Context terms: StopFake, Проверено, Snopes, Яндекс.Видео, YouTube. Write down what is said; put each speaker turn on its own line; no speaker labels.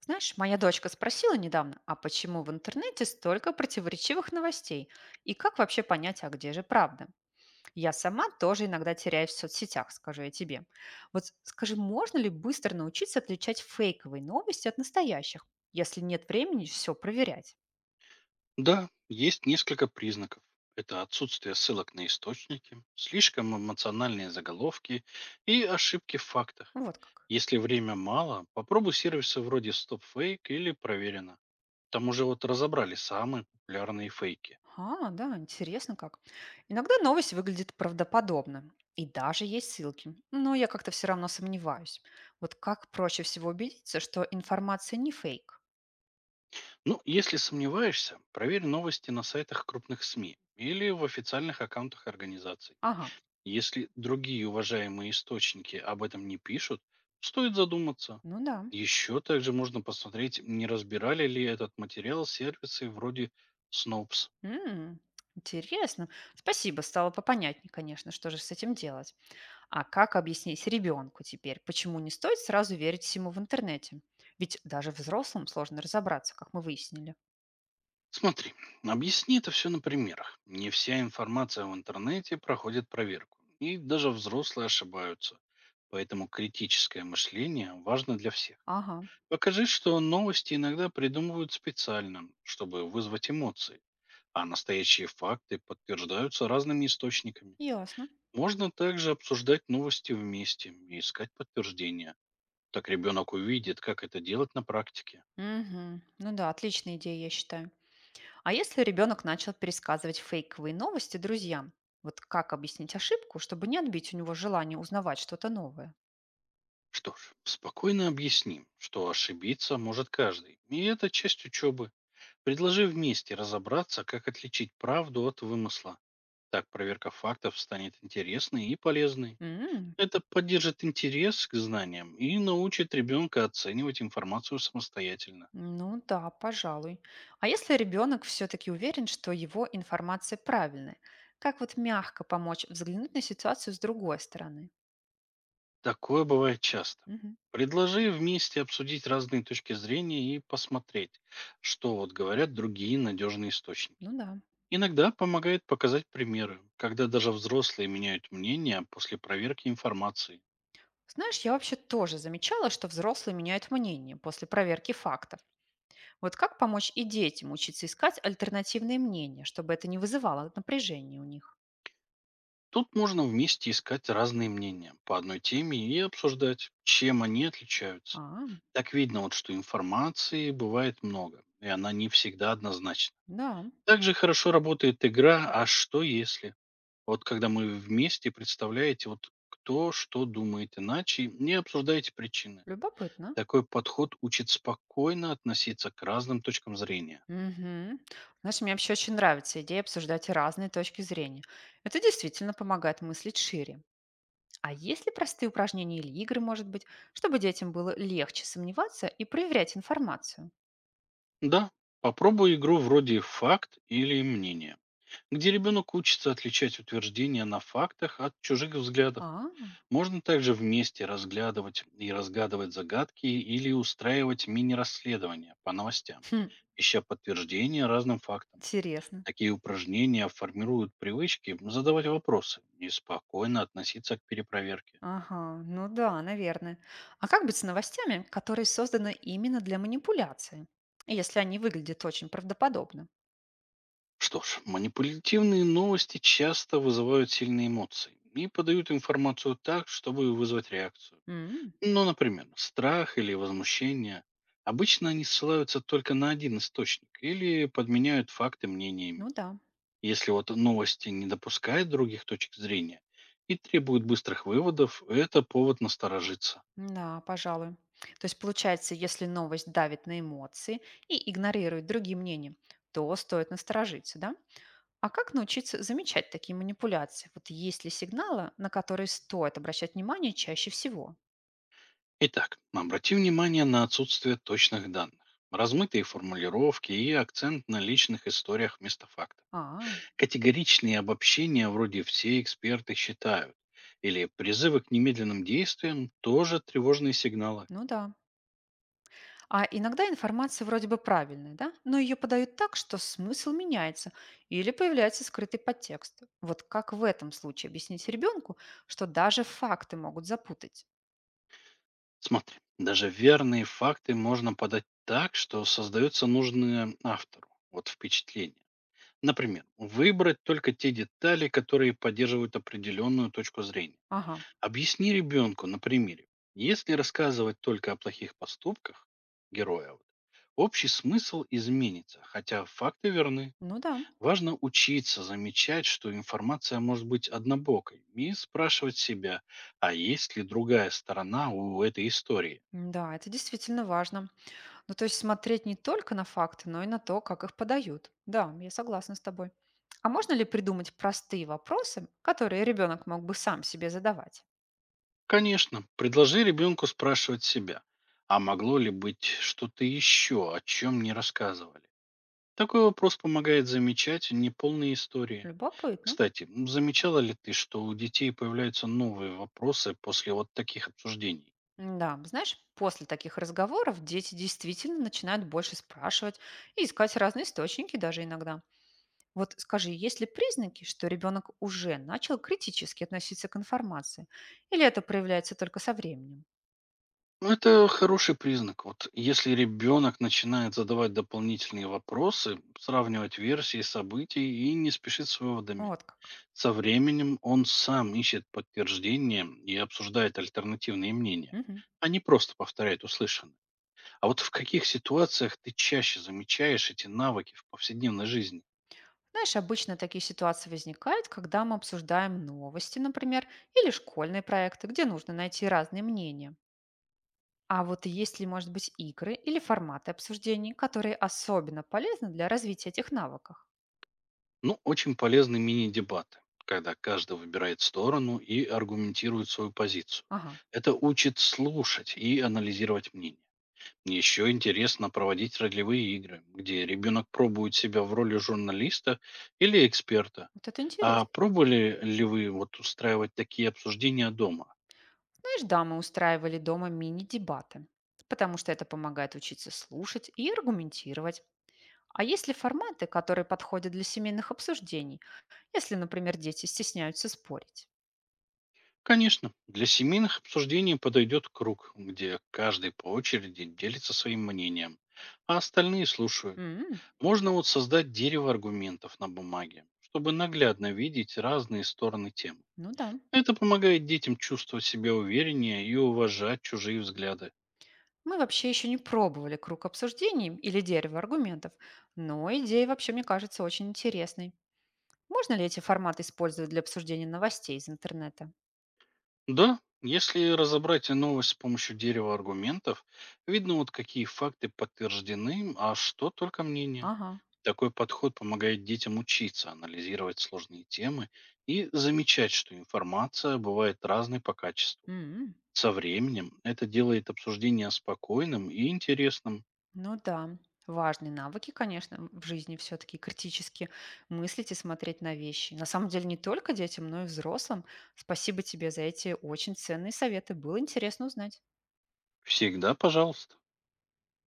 Знаешь, моя дочка спросила недавно, а почему в интернете столько противоречивых новостей? И как вообще понять, а где же правда? Я сама тоже иногда теряюсь в соцсетях, скажу я тебе. Вот скажи, можно ли быстро научиться отличать фейковые новости от настоящих, если нет времени все проверять?
Да, есть несколько признаков. Это отсутствие ссылок на источники, слишком эмоциональные заголовки и ошибки в фактах.
Ну, вот как.
Если время мало, попробуй сервисы вроде StopFake или Проверено. Там уже вот разобрали самые популярные фейки.
А, да, интересно как. Иногда новость выглядит правдоподобно. И даже есть ссылки. Но я как-то все равно сомневаюсь. Вот как проще всего убедиться, что информация не фейк?
Ну, если сомневаешься, проверь новости на сайтах крупных СМИ или в официальных аккаунтах организаций.
Ага,
Если другие уважаемые источники об этом не пишут, стоит задуматься.
ну да.
Еще также можно посмотреть, не разбирали ли этот материал сервисы вроде Snopes.
М, интересно. Спасибо, стало попонятнее, конечно, что же с этим делать. А как объяснить ребенку теперь, почему не стоит сразу верить всему в интернете? Ведь даже взрослым сложно разобраться, как мы выяснили.
Смотри, объясни это все на примерах. Не вся информация в интернете проходит проверку, и даже взрослые ошибаются. Поэтому критическое мышление важно для всех.
Ага,
Покажи, что новости иногда придумывают специально, чтобы вызвать эмоции, а настоящие факты подтверждаются разными источниками.
ясно.
Можно также обсуждать новости вместе и искать подтверждения. Так ребенок увидит, как это делать на практике.
Мгм. Ну да, отличная идея, я считаю. А если ребенок начал пересказывать фейковые новости друзьям, вот как объяснить ошибку, чтобы не отбить у него желание узнавать что-то новое?
Что ж, спокойно объясним, что ошибиться может каждый, и это часть учебы. Предложи вместе разобраться, как отличить правду от вымысла. Так проверка фактов станет интересной и полезной.
М,
Это поддержит интерес к знаниям и научит ребенка оценивать информацию самостоятельно.
ну да, пожалуй. А если ребенок все-таки уверен, что его информация правильная, как вот мягко помочь взглянуть на ситуацию с другой стороны?
Такое бывает часто.
Мгм.
Предложи вместе обсудить разные точки зрения и посмотреть, что вот говорят другие надежные источники.
Ну да.
Иногда помогает показать примеры, когда даже взрослые меняют мнение после проверки информации.
Знаешь, я вообще тоже замечала, что взрослые меняют мнение после проверки фактов. Вот как помочь и детям учиться искать альтернативные мнения, чтобы это не вызывало напряжения у них?
Тут можно вместе искать разные мнения по одной теме и обсуждать, чем они отличаются.
А,
Так видно, вот, что информации бывает много, и она не всегда однозначна.
да,
Также хорошо работает игра «А что если?». Вот когда мы вместе представляете, вот кто что думает иначе, не обсуждаете причины.
любопытно.
Такой подход учит спокойно относиться к разным точкам зрения.
Мгм. Знаешь, мне вообще очень нравится идея обсуждать разные точки зрения. Это действительно помогает мыслить шире. А есть ли простые упражнения или игры, может быть, чтобы детям было легче сомневаться и проверять информацию?
Да, попробуй игру вроде «факт» или «мнение», где ребенок учится отличать утверждения на фактах от чужих взглядов.
А,
Можно также вместе разглядывать и разгадывать загадки или устраивать мини-расследования по новостям,
хм,
ища подтверждения разным фактам.
интересно.
Такие упражнения формируют привычки задавать вопросы и спокойно относиться к перепроверке.
Ага, ну да, наверное. А как быть с новостями, которые созданы именно для манипуляции, если они выглядят очень правдоподобно?
Что ж, манипулятивные новости часто вызывают сильные эмоции и подают информацию так, чтобы вызвать реакцию.
М,
Ну, например, страх или возмущение. Обычно они ссылаются только на один источник или подменяют факты
ну
мнениями.
да.
Если вот новости не допускают других точек зрения и требуют быстрых выводов, это повод насторожиться.
Да, пожалуй. То есть получается, если новость давит на эмоции и игнорирует другие мнения, то стоит насторожиться, да? А как научиться замечать такие манипуляции? Вот есть ли сигналы, на которые стоит обращать внимание чаще всего?
Итак, обрати внимание на отсутствие точных данных, размытые формулировки и акцент на личных историях вместо фактов.
А,
Категоричные обобщения вроде «все эксперты считают» или призывы к немедленным действиям тоже тревожные сигналы.
ну да. А иногда информация вроде бы правильная, да? Но ее подают так, что смысл меняется или появляется скрытый подтекст. Вот как в этом случае объяснить ребенку, что даже факты могут запутать?
Смотри, даже верные факты можно подать так, что создается нужное автору вот впечатление. Например, выбрать только те детали, которые поддерживают определенную точку зрения.
Ага,
Объясни ребенку на примере. Если рассказывать только о плохих поступках героя, вот, общий смысл изменится, хотя факты верны.
ну да.
Важно учиться замечать, что информация может быть однобокой, и спрашивать себя, а есть ли другая сторона у этой истории.
М, да, это действительно важно. Ну, то есть смотреть не только на факты, но и на то, как их подают. Да, я согласна с тобой. А можно ли придумать простые вопросы, которые ребенок мог бы сам себе задавать?
Конечно, предложи ребенку спрашивать себя, а могло ли быть что-то еще, о чем не рассказывали. Такой вопрос помогает замечать неполные истории.
Любопытно.
Кстати, замечала ли ты, что у детей появляются новые вопросы после вот таких обсуждений?
Да, знаешь, после таких разговоров дети действительно начинают больше спрашивать и искать разные источники даже иногда. Вот скажи, есть ли признаки, что ребенок уже начал критически относиться к информации? Или это проявляется только со временем?
Ну, это хороший признак. Вот если ребенок начинает задавать дополнительные вопросы, сравнивать версии событий и не спешит с выводами,
Вот как.
со временем он сам ищет подтверждение и обсуждает альтернативные мнения,
Мгм.
а не просто повторяет услышанное. А вот в каких ситуациях ты чаще замечаешь эти навыки в повседневной жизни?
Знаешь, обычно такие ситуации возникают, когда мы обсуждаем новости, например, или школьные проекты, где нужно найти разные мнения. А вот есть ли, может быть, игры или форматы обсуждений, которые особенно полезны для развития этих навыков?
Ну, очень полезны мини-дебаты, когда каждый выбирает сторону и аргументирует свою позицию.
Ага,
Это учит слушать и анализировать мнение. Еще интересно проводить ролевые игры, где ребенок пробует себя в роли журналиста или эксперта.
вот это
А
интересно.
пробовали ли вы вот устраивать такие обсуждения дома?
Знаешь, да, мы устраивали дома мини-дебаты, потому что это помогает учиться слушать и аргументировать. А есть ли форматы, которые подходят для семейных обсуждений, если, например, дети стесняются спорить?
Конечно, для семейных обсуждений подойдет круг, где каждый по очереди делится своим мнением, а остальные слушают.
М,
Можно вот создать дерево аргументов на бумаге, чтобы наглядно видеть разные стороны темы.
ну да.
Это помогает детям чувствовать себя увереннее и уважать чужие взгляды.
Мы вообще еще не пробовали круг обсуждений или дерево аргументов, но идея вообще, мне кажется, очень интересной. Можно ли эти форматы использовать для обсуждения новостей из интернета?
Да, если разобрать новость с помощью дерева аргументов, видно вот какие факты подтверждены, а что только мнение.
Ага.
Такой подход помогает детям учиться, анализировать сложные темы и замечать, что информация бывает разной по качеству.
М,
Со временем это делает обсуждение спокойным и интересным.
ну да, важные навыки, конечно, в жизни все-таки критически мыслить и смотреть на вещи. На самом деле не только детям, но и взрослым. Спасибо тебе за эти очень ценные советы. Было интересно узнать.
Всегда пожалуйста.